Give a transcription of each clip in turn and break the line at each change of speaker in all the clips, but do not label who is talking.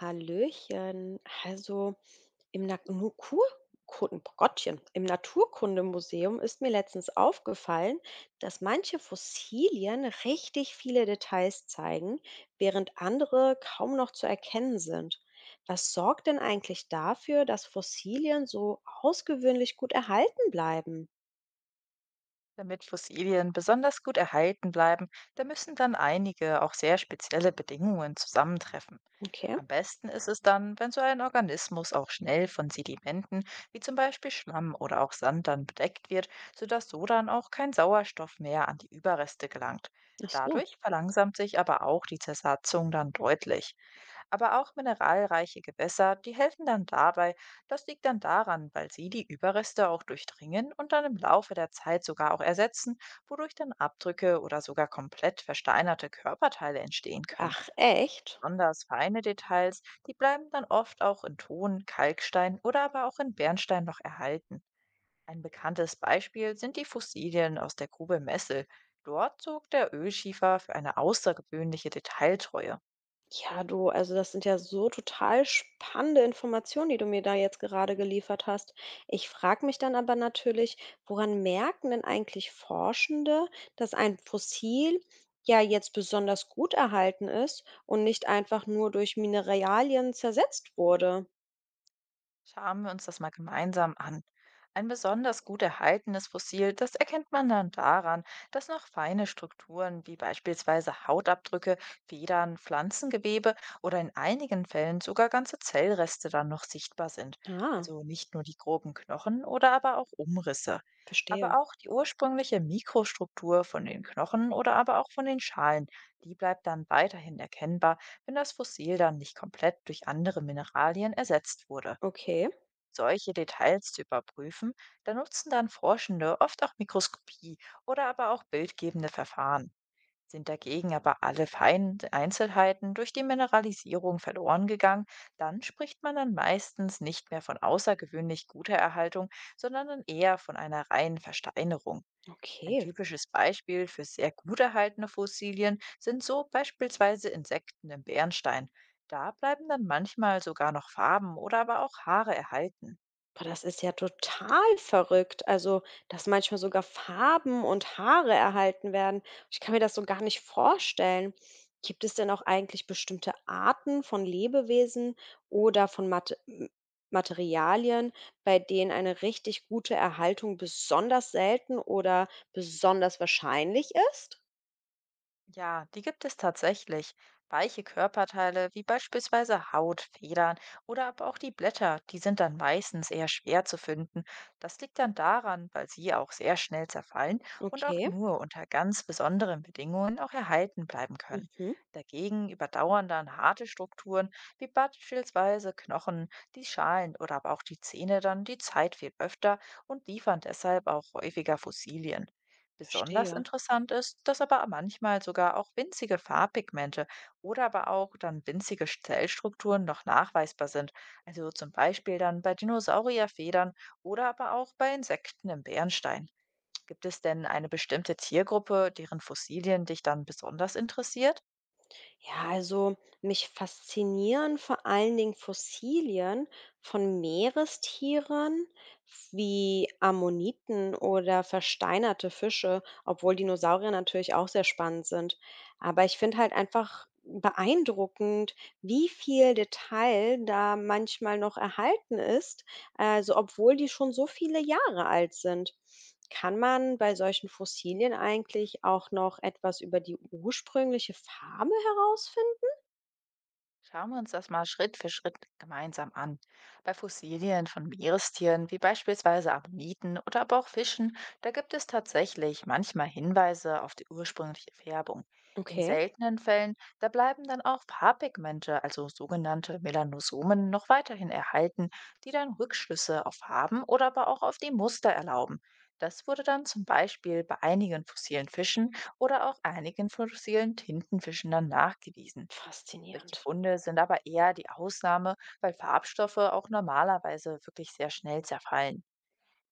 Hallöchen. Also im Gottchen, im Naturkundemuseum ist mir letztens aufgefallen, dass manche Fossilien richtig viele Details zeigen, während andere kaum noch zu erkennen sind. Was sorgt denn eigentlich dafür, dass Fossilien so ausgewöhnlich gut erhalten bleiben?
Damit Fossilien besonders gut erhalten bleiben, da müssen dann einige auch sehr spezielle Bedingungen zusammentreffen.
Okay.
Am besten ist es dann, wenn so ein Organismus auch schnell von Sedimenten wie zum Beispiel Schlamm oder auch Sand dann bedeckt wird, sodass so dann auch kein Sauerstoff mehr an die Überreste gelangt.
Ach so.
Dadurch verlangsamt sich aber auch die Zersatzung dann deutlich. Aber auch mineralreiche Gewässer, die helfen dann dabei. Das liegt dann daran, weil sie die Überreste auch durchdringen und dann im Laufe der Zeit sogar auch ersetzen, wodurch dann Abdrücke oder sogar komplett versteinerte Körperteile entstehen können.
Ach, echt?
Besonders feine Details, die bleiben dann oft auch in Ton, Kalkstein oder aber auch in Bernstein noch erhalten. Ein bekanntes Beispiel sind die Fossilien aus der Grube Messel. Dort zog der Ölschiefer für eine außergewöhnliche Detailtreue.
Ja, du, also das sind ja so total spannende Informationen, die du mir da jetzt gerade geliefert hast. Ich frage mich dann aber natürlich, woran merken denn eigentlich Forschende, dass ein Fossil ja jetzt besonders gut erhalten ist und nicht einfach nur durch Mineralien zersetzt wurde?
Schauen wir uns das mal gemeinsam an. Ein besonders gut erhaltenes Fossil, das erkennt man dann daran, dass noch feine Strukturen wie beispielsweise Hautabdrücke, Federn, Pflanzengewebe oder in einigen Fällen sogar ganze Zellreste dann noch sichtbar sind.
Ah,
Also nicht nur die groben Knochen oder aber auch Umrisse.
verstehe.
Aber auch die ursprüngliche Mikrostruktur von den Knochen oder aber auch von den Schalen, die bleibt dann weiterhin erkennbar, wenn das Fossil dann nicht komplett durch andere Mineralien ersetzt wurde.
Okay,
Solche Details zu überprüfen, da nutzen dann Forschende oft auch Mikroskopie oder aber auch bildgebende Verfahren. Sind dagegen aber alle feinen Einzelheiten durch die Mineralisierung verloren gegangen, dann spricht man dann meistens nicht mehr von außergewöhnlich guter Erhaltung, sondern dann eher von einer reinen Versteinerung. Ein
okay.
typisches Beispiel für sehr gut erhaltene Fossilien sind so beispielsweise Insekten im Bernstein. Da bleiben dann manchmal sogar noch Farben oder aber auch Haare erhalten.
Boah, das ist ja total verrückt. Also, dass manchmal sogar Farben und Haare erhalten werden. Ich kann mir das so gar nicht vorstellen. Gibt es denn auch eigentlich bestimmte Arten von Lebewesen oder von Materialien, bei denen eine richtig gute Erhaltung besonders selten oder besonders wahrscheinlich ist?
Ja, die gibt es tatsächlich. Weiche Körperteile wie beispielsweise Haut, Federn oder aber auch die Blätter, die sind dann meistens eher schwer zu finden. Das liegt dann daran, weil sie auch sehr schnell zerfallen und auch
Okay,
nur unter ganz besonderen Bedingungen auch erhalten bleiben können.
mhm,
Dagegen überdauern dann harte Strukturen wie beispielsweise Knochen, die Schalen oder aber auch die Zähne dann die Zeit viel öfter und liefern deshalb auch häufiger Fossilien. Besonders
verstehe.
interessant ist, dass aber manchmal sogar auch winzige Farbpigmente oder aber auch dann winzige Zellstrukturen noch nachweisbar sind. Also zum Beispiel dann bei Dinosaurierfedern oder aber auch bei Insekten im Bärenstein. Gibt es denn eine bestimmte Tiergruppe, deren Fossilien dich dann besonders interessiert?
Ja, also mich faszinieren vor allen Dingen Fossilien von Meerestieren wie Ammoniten oder versteinerte Fische, obwohl Dinosaurier natürlich auch sehr spannend sind. Aber ich finde halt einfach beeindruckend, wie viel Detail da manchmal noch erhalten ist, also, obwohl die schon so viele Jahre alt sind, kann man bei solchen Fossilien eigentlich auch noch etwas über die ursprüngliche Farbe herausfinden?
Schauen wir uns das mal Schritt für Schritt gemeinsam an. Bei Fossilien von Meerestieren, wie beispielsweise Ammoniten oder aber auch Fischen, da gibt es tatsächlich manchmal Hinweise auf die ursprüngliche Färbung. In
Okay,
seltenen Fällen, da bleiben dann auch Farbpigmente, also sogenannte Melanosomen, noch weiterhin erhalten, die dann Rückschlüsse auf Farben oder aber auch auf die Muster erlauben. Das wurde dann zum Beispiel bei einigen fossilen Fischen oder auch einigen fossilen Tintenfischen dann nachgewiesen. Solche
faszinierend.
Funde sind aber eher die Ausnahme, weil Farbstoffe auch normalerweise wirklich sehr schnell zerfallen.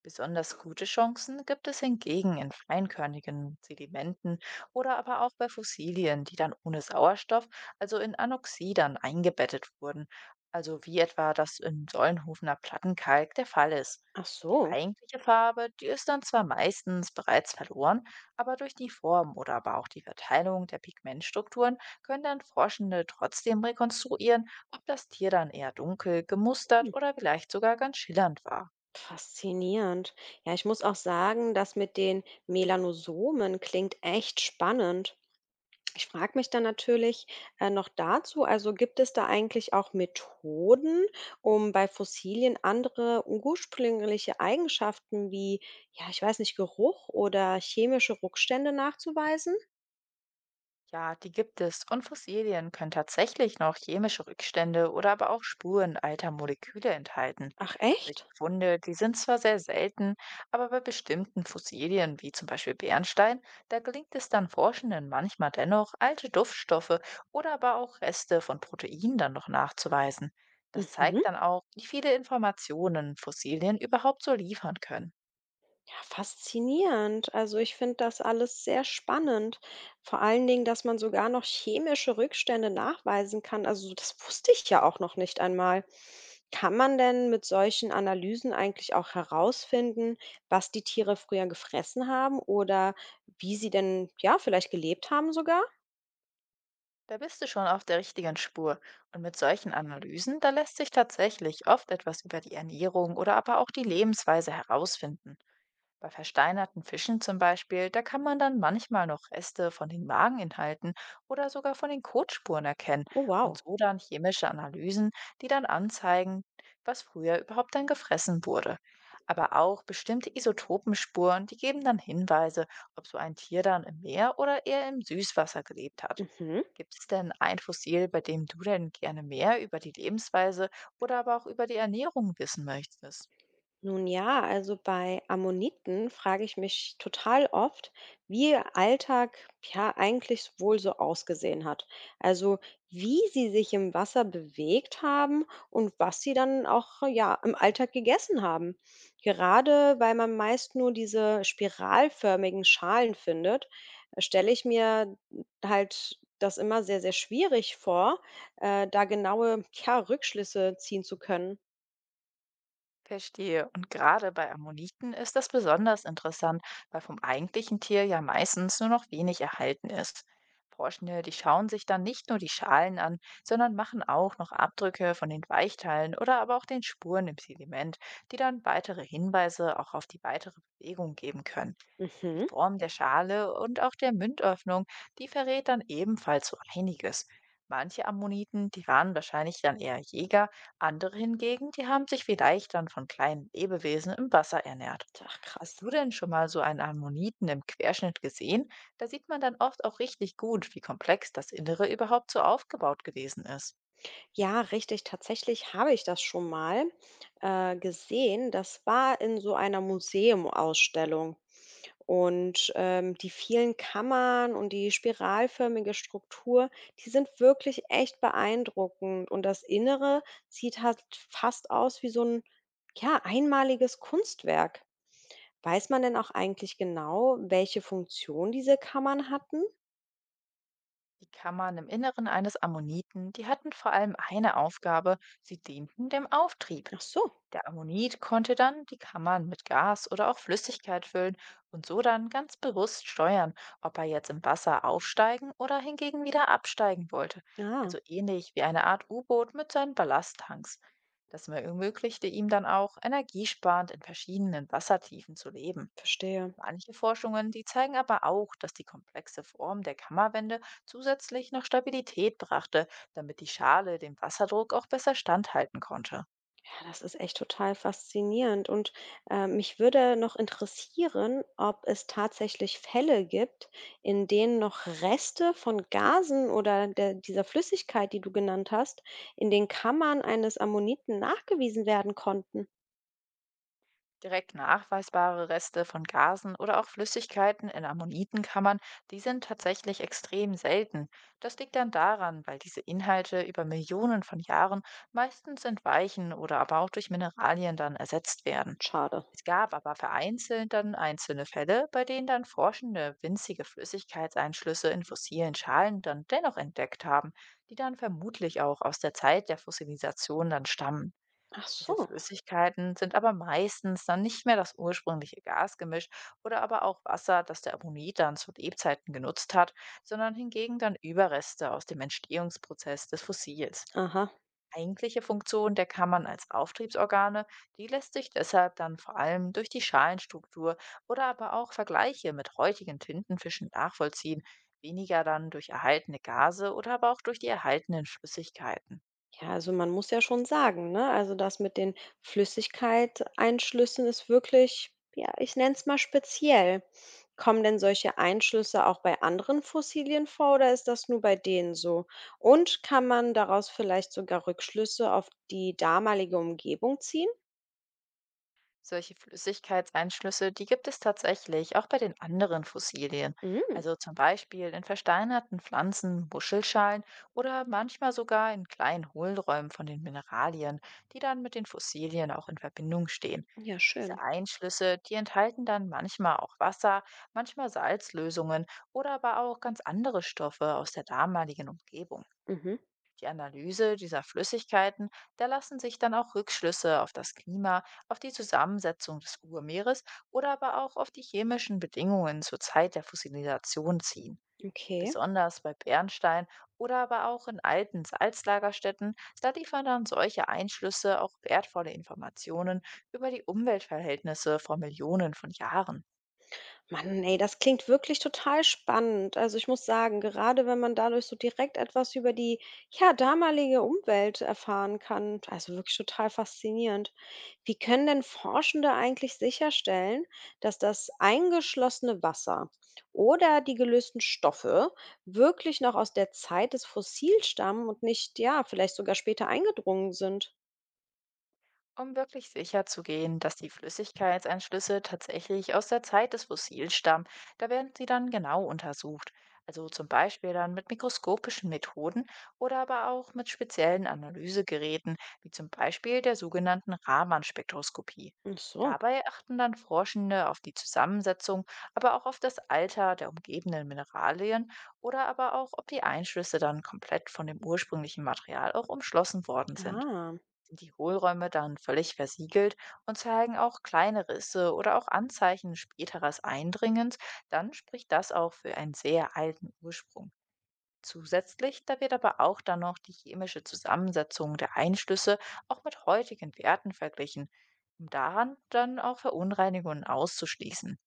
Besonders gute Chancen gibt es hingegen in feinkörnigen Sedimenten oder aber auch bei Fossilien, die dann ohne Sauerstoff, also in Anoxidern, eingebettet wurden, also wie etwa das in Sollenhofener Plattenkalk der Fall ist.
Ach
Die
so,
eigentliche Farbe, die ist dann zwar meistens bereits verloren, aber durch die Form oder aber auch die Verteilung der Pigmentstrukturen können dann Forschende trotzdem rekonstruieren, ob das Tier dann eher dunkel, gemustert
hm,
oder vielleicht sogar ganz schillernd war.
faszinierend. Ja, ich muss auch sagen, das mit den Melanosomen klingt echt spannend. Ich frage mich dann natürlich, noch dazu, also gibt es da eigentlich auch Methoden, um bei Fossilien andere ursprüngliche Eigenschaften wie, ja, ich weiß nicht, Geruch oder chemische Rückstände nachzuweisen?
Ja, die gibt es. Und Fossilien können tatsächlich noch chemische Rückstände oder aber auch Spuren alter Moleküle enthalten.
Ach
Solche
echt?
Funde, die sind zwar sehr selten, aber bei bestimmten Fossilien, wie zum Beispiel Bernstein, da gelingt es dann Forschenden manchmal dennoch, alte Duftstoffe oder aber auch Reste von Proteinen dann noch nachzuweisen. Das
Mhm.
zeigt dann auch, wie viele Informationen Fossilien überhaupt so liefern können.
Ja, faszinierend. Also ich finde das alles sehr spannend. Vor allen Dingen, dass man sogar noch chemische Rückstände nachweisen kann. Also das wusste ich ja auch noch nicht einmal. Kann man denn mit solchen Analysen eigentlich auch herausfinden, was die Tiere früher gefressen haben oder wie sie denn ja vielleicht gelebt haben sogar?
Da bist du schon auf der richtigen Spur. Und mit solchen Analysen, da lässt sich tatsächlich oft etwas über die Ernährung oder aber auch die Lebensweise herausfinden. Bei versteinerten Fischen zum Beispiel, da kann man dann manchmal noch Reste von den Mageninhalten oder sogar von den Kotspuren erkennen
Oh
und
wow.
so dann chemische Analysen, die dann anzeigen, was früher überhaupt dann gefressen wurde. Aber auch bestimmte Isotopenspuren, die geben dann Hinweise, ob so ein Tier dann im Meer oder eher im Süßwasser gelebt hat.
Mhm.
Gibt es denn ein Fossil, bei dem du denn gerne mehr über die Lebensweise oder aber auch über die Ernährung wissen möchtest?
Nun ja, also bei Ammoniten frage ich mich total oft, wie ihr Alltag ja eigentlich wohl so ausgesehen hat. Also wie sie sich im Wasser bewegt haben und was sie dann auch ja im Alltag gegessen haben. Gerade weil man meist nur diese spiralförmigen Schalen findet, stelle ich mir halt das immer sehr, sehr schwierig vor, da genaue, ja, Rückschlüsse ziehen zu können.
Verstehe. Und gerade bei Ammoniten ist das besonders interessant, weil vom eigentlichen Tier ja meistens nur noch wenig erhalten ist. Forschende, die schauen sich dann nicht nur die Schalen an, sondern machen auch noch Abdrücke von den Weichteilen oder aber auch den Spuren im Sediment, die dann weitere Hinweise auch auf die weitere Bewegung geben können. Die
Mhm.
Form der Schale und auch der Mündöffnung, die verrät dann ebenfalls so einiges. Manche Ammoniten, die waren wahrscheinlich dann eher Jäger, andere hingegen, die haben sich vielleicht dann von kleinen Lebewesen im Wasser ernährt.
Ach
Hast
krass.
du denn schon mal so einen Ammoniten im Querschnitt gesehen? Da sieht man dann oft auch richtig gut, wie komplex das Innere überhaupt so aufgebaut gewesen ist.
Ja, richtig. Tatsächlich habe ich das schon mal gesehen. Das war in so einer Museumausstellung. Und die vielen Kammern und die spiralförmige Struktur, die sind wirklich echt beeindruckend. Und das Innere sieht halt fast aus wie so ein, ja, einmaliges Kunstwerk. Weiß man denn auch eigentlich genau, welche Funktion diese Kammern hatten?
Die Kammern im Inneren eines Ammoniten, die hatten vor allem eine Aufgabe, sie dienten dem Auftrieb.
Ach so,
Der Ammonit konnte dann die Kammern mit Gas oder auch Flüssigkeit füllen und so dann ganz bewusst steuern, ob er jetzt im Wasser aufsteigen oder hingegen wieder absteigen wollte.
ja,
Also ähnlich wie eine Art U-Boot mit seinen Ballasttanks. Das ermöglichte ihm dann auch, energiesparend in verschiedenen Wassertiefen zu leben.
verstehe.
Manche Forschungen, die zeigen aber auch, dass die komplexe Form der Kammerwände zusätzlich noch Stabilität brachte, damit die Schale dem Wasserdruck auch besser standhalten konnte.
Ja, das ist echt total faszinierend und, mich würde noch interessieren, ob es tatsächlich Fälle gibt, in denen noch Reste von Gasen oder der dieser Flüssigkeit, die du genannt hast, in den Kammern eines Ammoniten nachgewiesen werden konnten.
Direkt nachweisbare Reste von Gasen oder auch Flüssigkeiten in Ammonitenkammern, die sind tatsächlich extrem selten. Das liegt dann daran, weil diese Inhalte über Millionen von Jahren meistens entweichen oder aber auch durch Mineralien dann ersetzt werden.
Schade.
Es gab aber vereinzelt dann einzelne Fälle, bei denen dann Forschende winzige Flüssigkeitseinschlüsse in fossilen Schalen dann dennoch entdeckt haben, die dann vermutlich auch aus der Zeit der Fossilisation dann stammen.
Ach
Diese
so.
Flüssigkeiten sind aber meistens dann nicht mehr das ursprüngliche Gasgemisch oder aber auch Wasser, das der Ammonit dann zu Lebzeiten genutzt hat, sondern hingegen dann Überreste aus dem Entstehungsprozess des Fossils.
Aha.
Eigentliche Funktion der Kammern als Auftriebsorgane, die lässt sich deshalb dann vor allem durch die Schalenstruktur oder aber auch Vergleiche mit heutigen Tintenfischen nachvollziehen, weniger dann durch erhaltene Gase oder aber auch durch die erhaltenen Flüssigkeiten.
Ja, also man muss ja schon sagen, ne? Also das mit den Flüssigkeit-Einschlüssen ist wirklich, ja, ich nenne es mal speziell. Kommen denn solche Einschlüsse auch bei anderen Fossilien vor oder ist das nur bei denen so? Und kann man daraus vielleicht sogar Rückschlüsse auf die damalige Umgebung ziehen?
Solche Flüssigkeitseinschlüsse, die gibt es tatsächlich auch bei den anderen Fossilien.
Mm,
Also zum Beispiel in versteinerten Pflanzen, Muschelschalen oder manchmal sogar in kleinen Hohlräumen von den Mineralien, die dann mit den Fossilien auch in Verbindung stehen.
ja,
Diese
schön.
Einschlüsse, die enthalten dann manchmal auch Wasser, manchmal Salzlösungen oder aber auch ganz andere Stoffe aus der damaligen Umgebung.
Mhm,
Die Analyse dieser Flüssigkeiten, da lassen sich dann auch Rückschlüsse auf das Klima, auf die Zusammensetzung des Urmeeres oder aber auch auf die chemischen Bedingungen zur Zeit der Fossilisation ziehen.
okay.
Besonders bei Bernstein oder aber auch in alten Salzlagerstätten, da liefern dann solche Einschlüsse auch wertvolle Informationen über die Umweltverhältnisse vor Millionen von Jahren.
Mann, ey, das klingt wirklich total spannend. Also ich muss sagen, gerade wenn man dadurch so direkt etwas über die, ja, damalige Umwelt erfahren kann, also wirklich total faszinierend. Wie können denn Forschende eigentlich sicherstellen, dass das eingeschlossene Wasser oder die gelösten Stoffe wirklich noch aus der Zeit des Fossils stammen und nicht, ja, vielleicht sogar später eingedrungen sind?
Um wirklich sicherzugehen, dass die Flüssigkeitseinschlüsse tatsächlich aus der Zeit des Fossils stammen, da werden sie dann genau untersucht. Also zum Beispiel dann mit mikroskopischen Methoden oder aber auch mit speziellen Analysegeräten, wie zum Beispiel der sogenannten Raman-Spektroskopie.
Ach so.
Dabei achten dann Forschende auf die Zusammensetzung, aber auch auf das Alter der umgebenden Mineralien oder aber auch, ob die Einschlüsse dann komplett von dem ursprünglichen Material auch umschlossen worden sind.
Ah.
Sind die Hohlräume dann völlig versiegelt und zeigen auch kleine Risse oder auch Anzeichen späteres Eindringens, dann spricht das auch für einen sehr alten Ursprung. Zusätzlich, da wird aber auch dann noch die chemische Zusammensetzung der Einschlüsse auch mit heutigen Werten verglichen, um daran dann auch Verunreinigungen auszuschließen.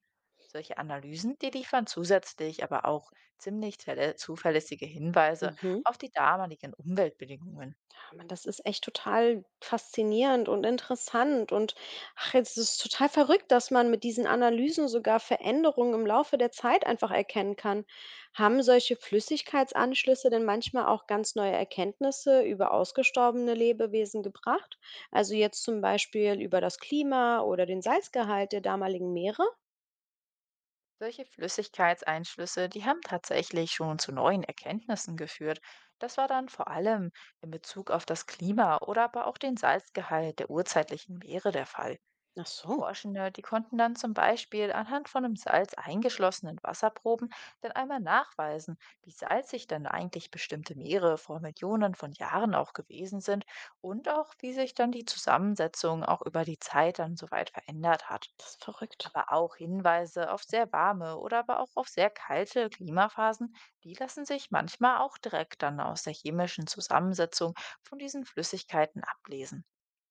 Solche Analysen, die liefern zusätzlich aber auch ziemlich zuverlässige Hinweise
Mhm.
auf die damaligen Umweltbedingungen.
Mann, das ist echt total faszinierend und interessant und ach, jetzt ist es total verrückt, dass man mit diesen Analysen sogar Veränderungen im Laufe der Zeit einfach erkennen kann. Haben solche Flüssigkeitsanschlüsse denn manchmal auch ganz neue Erkenntnisse über ausgestorbene Lebewesen gebracht? Also jetzt zum Beispiel über das Klima oder den Salzgehalt der damaligen Meere?
Solche Flüssigkeitseinschlüsse, die haben tatsächlich schon zu neuen Erkenntnissen geführt. Das war dann vor allem in Bezug auf das Klima oder aber auch den Salzgehalt der urzeitlichen Meere der Fall.
Ach so,
Forschende, die konnten dann zum Beispiel anhand von im Salz eingeschlossenen Wasserproben dann einmal nachweisen, wie salzig dann eigentlich bestimmte Meere vor Millionen von Jahren auch gewesen sind und auch wie sich dann die Zusammensetzung auch über die Zeit dann soweit verändert hat.
das ist verrückt.
Aber auch Hinweise auf sehr warme oder aber auch auf sehr kalte Klimaphasen, die lassen sich manchmal auch direkt dann aus der chemischen Zusammensetzung von diesen Flüssigkeiten ablesen.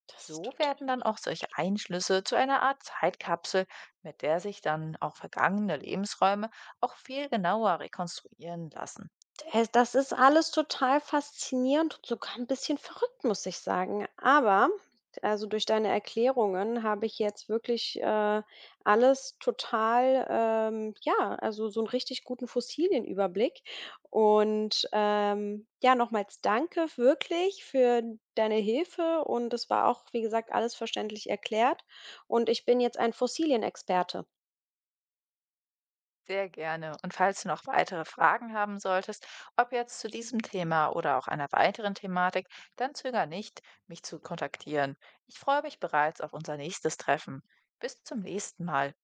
Das ist
So werden dann auch solche Einschlüsse zu einer Art Zeitkapsel, mit der sich dann auch vergangene Lebensräume auch viel genauer rekonstruieren lassen.
Das ist alles total faszinierend und sogar ein bisschen verrückt, muss ich sagen. Aber also, durch deine Erklärungen habe ich jetzt wirklich, alles total, ja, also, so einen richtig guten Fossilienüberblick. Und, ja, nochmals danke wirklich für deine Hilfe und es war auch, wie gesagt, alles verständlich erklärt und ich bin jetzt ein Fossilienexperte.
Sehr gerne. Und falls du noch weitere Fragen haben solltest, ob jetzt zu diesem Thema oder auch einer weiteren Thematik, dann zöger nicht, mich zu kontaktieren. Ich freue mich bereits auf unser nächstes Treffen. Bis zum nächsten Mal.